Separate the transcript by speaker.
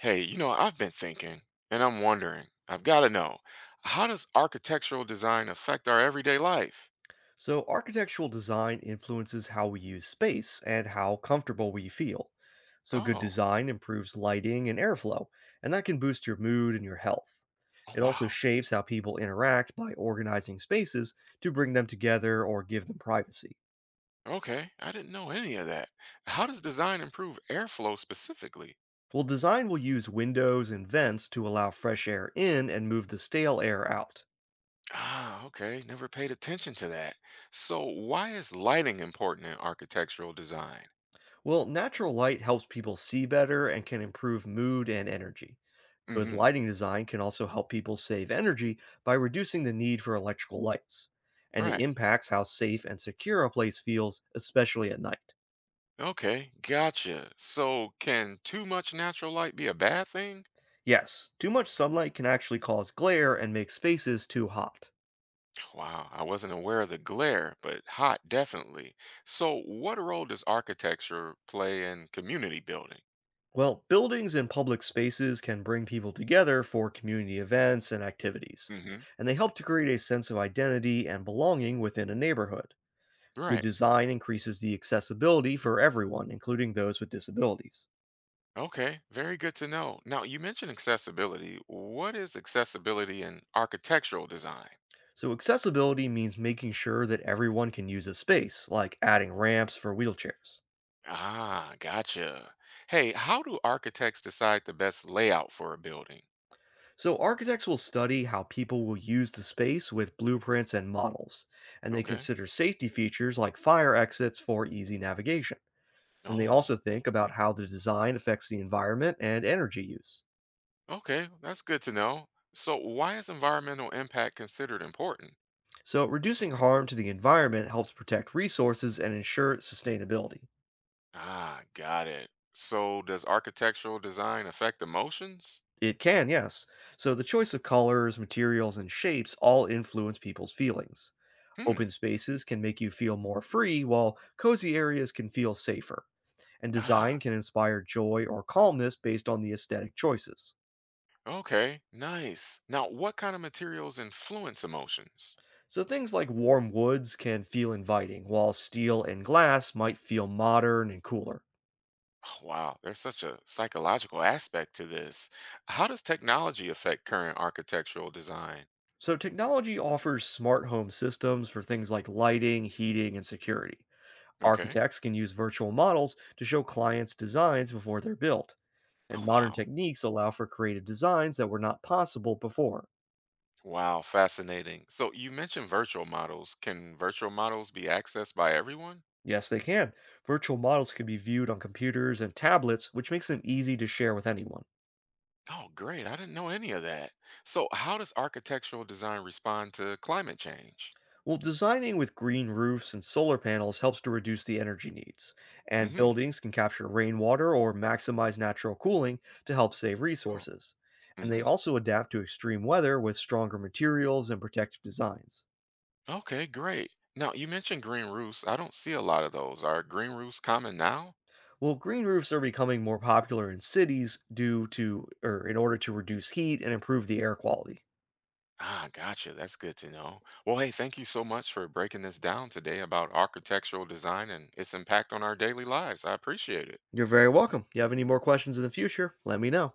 Speaker 1: Hey, I've been thinking and I'm wondering, I've got to know, how does architectural design affect our everyday life?
Speaker 2: So, architectural design influences how we use space and how comfortable we feel. So, good
Speaker 1: Oh,
Speaker 2: design improves lighting and airflow, and that can boost your mood and your health.
Speaker 1: oh,
Speaker 2: It also
Speaker 1: wow.
Speaker 2: shapes how people interact by organizing spaces to bring them together or give them privacy.
Speaker 1: Okay, I didn't know any of that. How does design improve airflow specifically?
Speaker 2: Well, design will use windows and vents to allow fresh air in and move the stale air out.
Speaker 1: Ah, okay, never paid attention to that. So, why is lighting important in architectural design?
Speaker 2: Well, natural light helps people see better and can improve mood and energy. Good
Speaker 1: Mm-hmm.
Speaker 2: lighting design can also help people save energy by reducing the need for electrical lights, and it
Speaker 1: Right.
Speaker 2: impacts how safe and secure a place feels, especially at night.
Speaker 1: Okay, gotcha. So, can too much natural light be a bad thing?
Speaker 2: Yes, too much sunlight can actually cause glare and make spaces too hot.
Speaker 1: Wow, I wasn't aware of the glare, but hot, definitely. So, what role does architecture play in community building?
Speaker 2: Well, buildings and public spaces can bring people together for community events and activities,
Speaker 1: Hmm.
Speaker 2: and they help to create a sense of identity and belonging within a neighborhood. Good
Speaker 1: Right.
Speaker 2: design increases the accessibility for everyone, including those with disabilities.
Speaker 1: Okay, very good to know. Now, you mentioned accessibility. What is accessibility in architectural design?
Speaker 2: So, accessibility means making sure that everyone can use a space, like adding ramps for wheelchairs.
Speaker 1: Ah, gotcha. Hey, how do architects decide the best layout for a building?
Speaker 2: So, architects will study how people will use the space with blueprints and models, and they
Speaker 1: Okay.
Speaker 2: consider safety features like fire exits for easy navigation. And they also
Speaker 1: Oh,
Speaker 2: think about how the design affects the environment and energy use.
Speaker 1: okay, that's good to know. So, why is environmental impact considered important?
Speaker 2: So, reducing harm to the environment helps protect resources and ensure sustainability.
Speaker 1: Ah, got it. So does architectural design affect emotions?
Speaker 2: It can, yes. So, the choice of colors, materials, and shapes all influence people's feelings.
Speaker 1: Hmm.
Speaker 2: Open spaces can make you feel more free, while cozy areas can feel safer. And design
Speaker 1: Ah,
Speaker 2: can inspire joy or calmness based on the aesthetic choices.
Speaker 1: okay. Nice. Now, what kind of materials influence emotions?
Speaker 2: So things like warm woods can feel inviting, while steel and glass might feel modern and cooler.
Speaker 1: Oh, wow, there's such a psychological aspect to this. How does technology affect current architectural design?
Speaker 2: So technology offers smart home systems for things like lighting, heating, and security.
Speaker 1: Okay.
Speaker 2: Architects can use virtual models to show clients designs before they're built, and
Speaker 1: Oh,
Speaker 2: modern
Speaker 1: wow.
Speaker 2: techniques allow for creative designs that were not possible before.
Speaker 1: Wow, fascinating. So you mentioned virtual models. Can virtual models be accessed by everyone?
Speaker 2: Yes, they can. Virtual models can be viewed on computers and tablets, which makes them easy to share with anyone.
Speaker 1: Oh, great. I didn't know any of that. So how does architectural design respond to climate change?
Speaker 2: Well, designing with green roofs and solar panels helps to reduce the energy needs, and
Speaker 1: Mm-hmm.
Speaker 2: buildings can capture rainwater or maximize natural cooling to help save
Speaker 1: Oh.
Speaker 2: resources. And they
Speaker 1: Mm-hmm.
Speaker 2: also adapt to extreme weather with stronger materials and protective designs.
Speaker 1: Okay, great. Now you mentioned green roofs. I don't see a lot of those. Are green roofs common now?
Speaker 2: Well, green roofs are becoming more popular in cities due to or in order to reduce heat and improve the air quality.
Speaker 1: Ah, gotcha. That's good to know. Well, hey, thank you so much for breaking this down today about architectural design and its impact on our daily lives. I appreciate it.
Speaker 2: You're very welcome. You have any more questions in the future, let me know.